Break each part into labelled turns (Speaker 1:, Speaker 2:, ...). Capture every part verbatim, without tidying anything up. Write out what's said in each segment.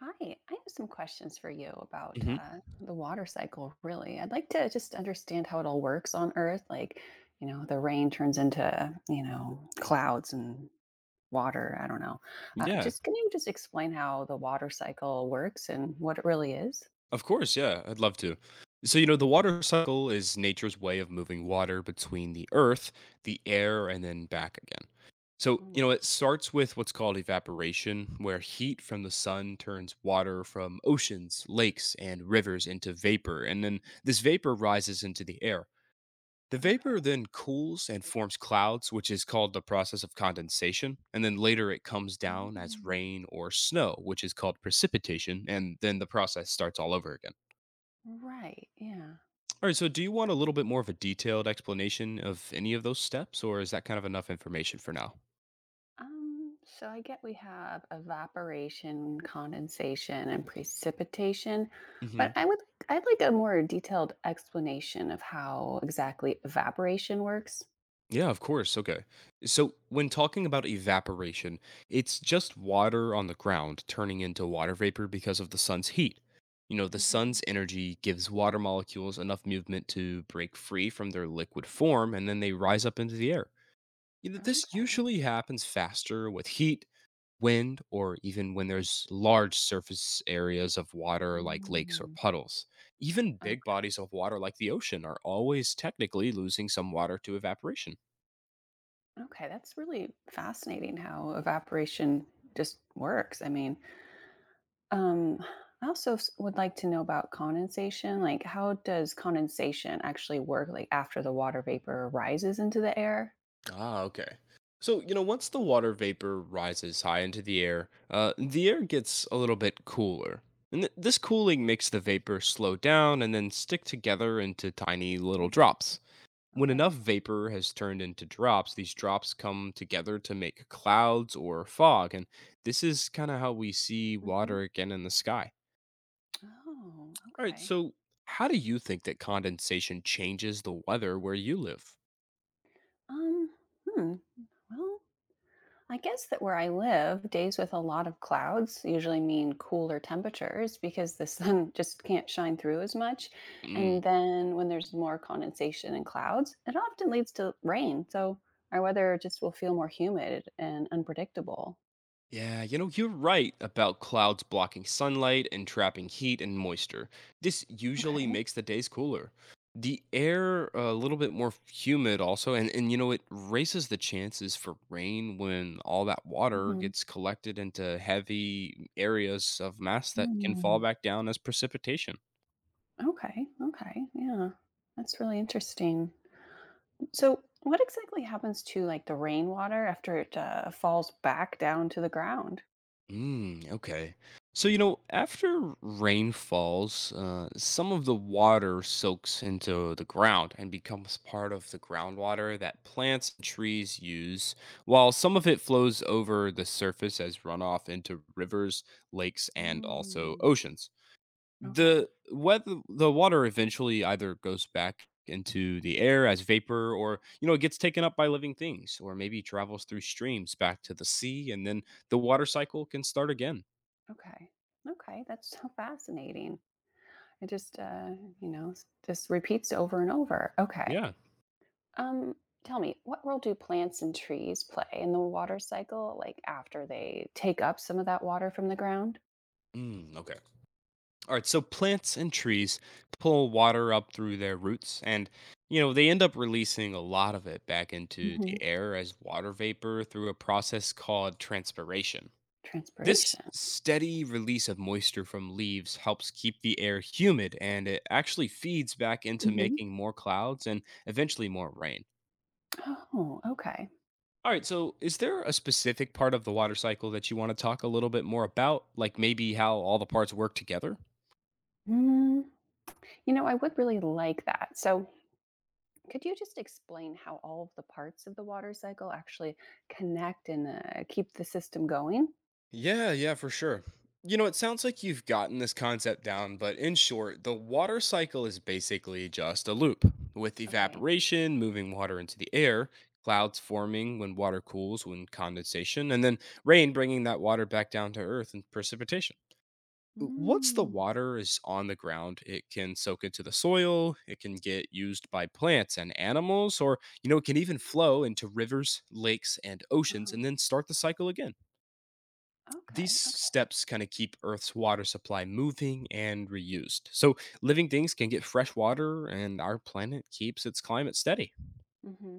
Speaker 1: Hi, I have some questions for you about
Speaker 2: hmm
Speaker 1: uh, the water cycle, really. I'd like to just understand how it all works on Earth. Like, you know, the rain turns into, you know, clouds and water. I don't know. Uh,
Speaker 2: Yeah,
Speaker 1: just can you just explain how the water cycle works and what it really is?
Speaker 2: of course. Yeah, I'd love to. So, you know, the water cycle is nature's way of moving water between the earth, the air, and then back again. So, you
Speaker 1: Mm,
Speaker 2: know, it starts with what's called evaporation, where heat from the sun turns water from oceans, lakes, and rivers into vapor. And then this vapor rises into the air. The
Speaker 1: okay.
Speaker 2: vapor then cools and forms clouds, which is called the process of condensation. And then later it comes down as
Speaker 1: Mm.
Speaker 2: rain or snow, which is called precipitation. And then the process starts all over again.
Speaker 1: Right. Yeah.
Speaker 2: All right, so do you want a little bit more of a detailed explanation of any of those steps, or is that kind of enough information for now?
Speaker 1: Um, so I get we have evaporation, condensation, and precipitation,
Speaker 2: hmm
Speaker 1: but I would like, I'd like a more detailed explanation of how exactly evaporation works.
Speaker 2: Yeah, of course. Okay. So, when talking about evaporation, it's just water on the ground turning into water vapor because of the sun's heat. You know, the sun's
Speaker 1: Hmm.
Speaker 2: energy gives water molecules enough movement to break free from their liquid form and then they rise up into the air. You know, This
Speaker 1: Okay.
Speaker 2: usually happens faster with heat, wind, or even when there's large surface areas of water like lakes or
Speaker 1: Mm.
Speaker 2: puddles. Even big
Speaker 1: Okay.
Speaker 2: bodies of water like the ocean are always technically losing some water to evaporation.
Speaker 1: Okay, that's really fascinating how evaporation just works. I mean, um, I also s- would like to know about condensation. Like, how does condensation actually work? Like after the water vapor rises into the air?
Speaker 2: Ah, okay. So, you know, once the water vapor rises high into the air, uh, the air gets a little bit cooler. And th- this cooling makes the vapor slow down and then stick together into tiny little
Speaker 1: Mm.
Speaker 2: drops. When
Speaker 1: Okay.
Speaker 2: enough vapor has turned into drops, these drops come together to make clouds or fog. And this is kind of how we see
Speaker 1: Hmm.
Speaker 2: water again in the sky.
Speaker 1: Oh,
Speaker 2: All right,
Speaker 1: okay.
Speaker 2: so how do you think that condensation changes the weather where you live?
Speaker 1: Um, hmm. Well, I guess that where I live, days with a lot of clouds usually mean cooler temperatures because the sun just can't shine through as much.
Speaker 2: Hmm,
Speaker 1: And then when there's more condensation and clouds, it often leads to rain. So our weather just will feel more humid and unpredictable.
Speaker 2: yeah, you know, you're right about clouds blocking sunlight and trapping heat and moisture. This usually
Speaker 1: Okay.
Speaker 2: makes the days cooler. The air uh, a little bit more humid also, and, and you know, it raises the chances for rain when all that water
Speaker 1: Hmm.
Speaker 2: gets collected into heavy areas of mass that can fall back down as precipitation.
Speaker 1: Okay. Okay. Yeah. That's really interesting. So, what exactly happens to like the rainwater after it uh, falls back down to the ground?
Speaker 2: Mm, okay. So, you know, after rain falls, uh, some of the water soaks into the ground and becomes part of the groundwater that plants and trees use, while some of it flows over the surface as runoff into rivers, lakes, and also
Speaker 1: Mm,
Speaker 2: oceans.
Speaker 1: okay,
Speaker 2: The whether the water eventually either goes back into the air as vapor or, you know, it gets taken up by living things or maybe travels through streams back to the sea and then the water cycle can start again.
Speaker 1: okay, okay. That's so fascinating. It just, uh, you know, s- just repeats over and over. Okay.
Speaker 2: Yeah.
Speaker 1: Um, tell me, what role do plants and trees play in the water cycle? Like after they take up some of that water from the ground?
Speaker 2: Mm, okay. All right. So plants and trees pull water up through their roots, and you know they end up releasing a lot of it back into
Speaker 1: Hmm.
Speaker 2: the air as water vapor through a process called transpiration. This
Speaker 1: Transpiration.
Speaker 2: steady release of moisture from leaves helps keep the air humid and it actually feeds back into
Speaker 1: Hmm.
Speaker 2: making more clouds and eventually more rain.
Speaker 1: Oh, okay.
Speaker 2: All right, so is there a specific part of the water cycle that you want to talk a little bit more about? Like maybe how all the parts work together?
Speaker 1: Mm, you know, I would really like that. So, could you just explain how all of the parts of the water cycle actually connect and uh, keep the system going?
Speaker 2: Yeah, yeah, for sure. You know, it sounds like you've gotten this concept down, but in short, the water cycle is basically just a loop with
Speaker 1: Okay.
Speaker 2: evaporation moving water into the air, clouds forming when water cools, when condensation, and then rain bringing that water back down to earth and precipitation. W- Once the
Speaker 1: Mm,
Speaker 2: water is on the ground, it can soak into the soil, it can get used by plants and animals, or, you know, it can even flow into rivers, lakes, and oceans
Speaker 1: uh-huh.
Speaker 2: and then start the cycle again. These
Speaker 1: Okay. Okay.
Speaker 2: steps kind of keep Earth's water supply moving and reused. So living things can get fresh water, and our planet keeps its climate steady.
Speaker 1: Hmm.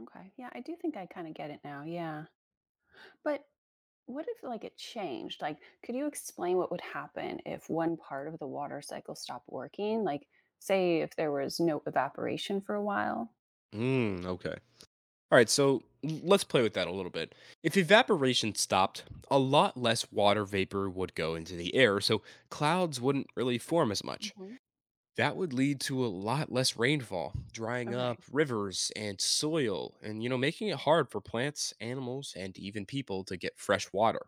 Speaker 1: Okay. Yeah, I do think I kind of get it now. Yeah. But what if like it changed? Like, could you explain what would happen if one part of the water cycle stopped working? Like, say if there was no evaporation for a while?
Speaker 2: Mm, okay. All right, so l- let's play with that a little bit. If evaporation stopped, a lot less water vapor would go into the air, so clouds wouldn't really form as much.
Speaker 1: Hmm.
Speaker 2: That would lead to a lot less rainfall, drying
Speaker 1: Okay.
Speaker 2: up rivers and soil, and you know, making it hard for plants, animals, and even people to get fresh water.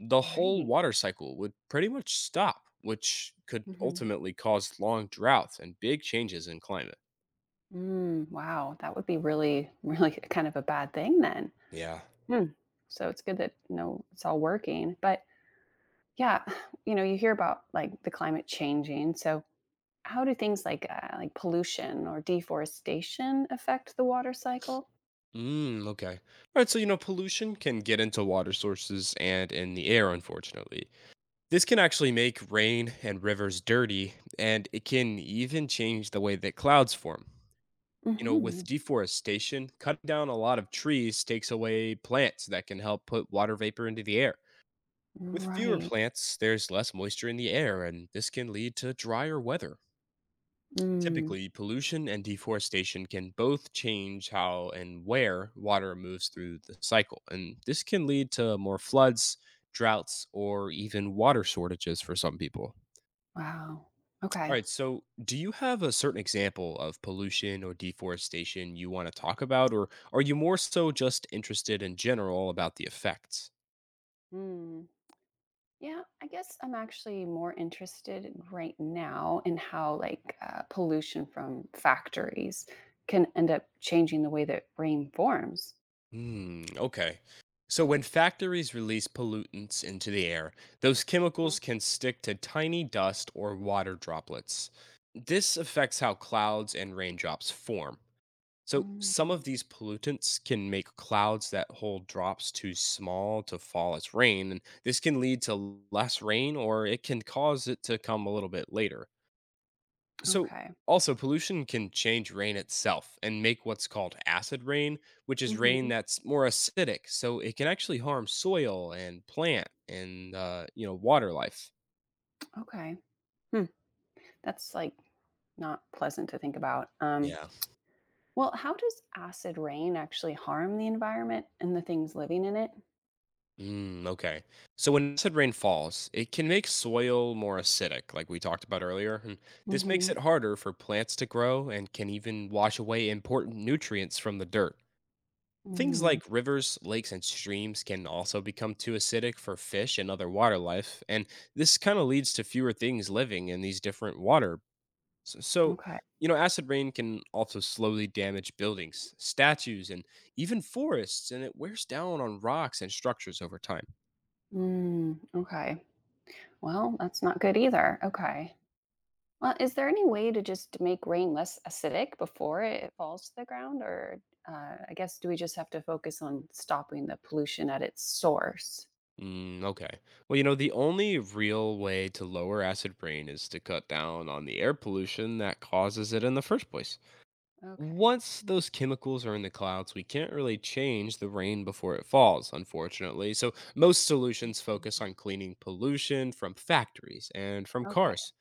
Speaker 2: The whole
Speaker 1: Right.
Speaker 2: water cycle would pretty much stop, which could
Speaker 1: Hmm.
Speaker 2: ultimately cause long droughts and big changes in climate.
Speaker 1: Mm, wow, that would be really, really kind of a bad thing then.
Speaker 2: Yeah.
Speaker 1: Hmm. So it's good that you know it's all working. But yeah, you know, you hear about like the climate changing. So, how do things like uh, like pollution or deforestation affect the water cycle?
Speaker 2: Mm, okay. All right. So, you know, pollution can get into water sources and in the air, unfortunately. This can actually make rain and rivers dirty, and it can even change the way that clouds form. You know,
Speaker 1: Hmm.
Speaker 2: with deforestation, cutting down a lot of trees takes away plants that can help put water vapor into the air. With fewer
Speaker 1: Right.
Speaker 2: plants, there's less moisture in the air, and this can lead to drier weather.
Speaker 1: Mm.
Speaker 2: Typically, pollution and deforestation can both change how and where water moves through the cycle, and this can lead to more floods, droughts, or even water shortages for some people.
Speaker 1: Wow.
Speaker 2: All
Speaker 1: Okay.
Speaker 2: right, so do you have a certain example of pollution or deforestation you want to talk about, or are you more so just interested in general about the effects?
Speaker 1: Mm. Yeah, I guess I'm actually more interested right now in how like uh, pollution from factories can end up changing the way that rain forms.
Speaker 2: Hmm, okay. So when factories release pollutants into the air, those
Speaker 1: Huh.
Speaker 2: chemicals can stick to tiny dust or water droplets. This affects how clouds and raindrops form. So some
Speaker 1: Mm.
Speaker 2: of these pollutants can make clouds that hold drops too small to fall as rain, and this can lead to less rain or it can cause it to come a little bit later. So,
Speaker 1: Okay.
Speaker 2: also, pollution can change rain itself and make what's called acid rain, which is rain
Speaker 1: Hmm.
Speaker 2: that's more acidic. So, it can actually harm soil and plant and, uh, you know, water life.
Speaker 1: Okay. Hmm. That's like not pleasant to think about. Um,
Speaker 2: Yeah.
Speaker 1: well, how does acid rain actually harm the environment and the things living in it?
Speaker 2: Mm, okay. So, when acid rain falls, it can make soil more acidic, like we talked about earlier. And this makes
Speaker 1: Mm-hmm.
Speaker 2: it harder for plants to grow and can even wash away important nutrients from the dirt. Things
Speaker 1: Mm,
Speaker 2: like rivers, lakes, and streams can also become too acidic for fish and other water life, and this kind of leads to fewer things living in these different water. So, so,
Speaker 1: okay.
Speaker 2: you know, acid rain can also slowly damage buildings, statues, and even forests, and it wears down on rocks and structures over time.
Speaker 1: Mm, okay. Well, that's not good either. Okay. Well, is there any way to just make rain less acidic before it falls to the ground? Or uh, I guess do we just have to focus on stopping the pollution at its source?
Speaker 2: Mm, okay. Well, you know, the only real way to lower acid rain is to cut down on the air pollution that causes it in the first place.
Speaker 1: Okay.
Speaker 2: Once those chemicals are in the clouds, we can't really change the rain before it falls, unfortunately. So, most solutions focus
Speaker 1: Mhm.
Speaker 2: on cleaning pollution from factories and from
Speaker 1: Okay.
Speaker 2: cars.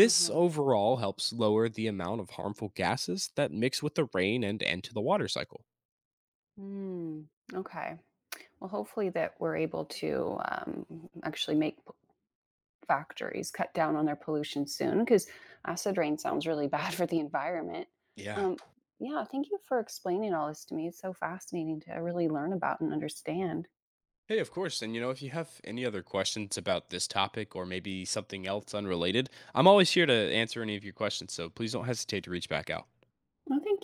Speaker 1: Uh huh.
Speaker 2: overall helps lower the amount of harmful gases that mix with the rain and enter the water cycle.
Speaker 1: Mm, okay. Well, hopefully that we're able to um, actually make p- factories cut down on their pollution soon because acid rain sounds really bad for the environment.
Speaker 2: Yeah.
Speaker 1: Um, yeah, thank you for explaining all this to me. It's so fascinating to really learn about and understand.
Speaker 2: Hey, of course. And, you know, if you have any other questions about this topic or maybe something else unrelated, I'm always here to answer any of your questions. So, please don't hesitate to reach back out.
Speaker 1: Well, thank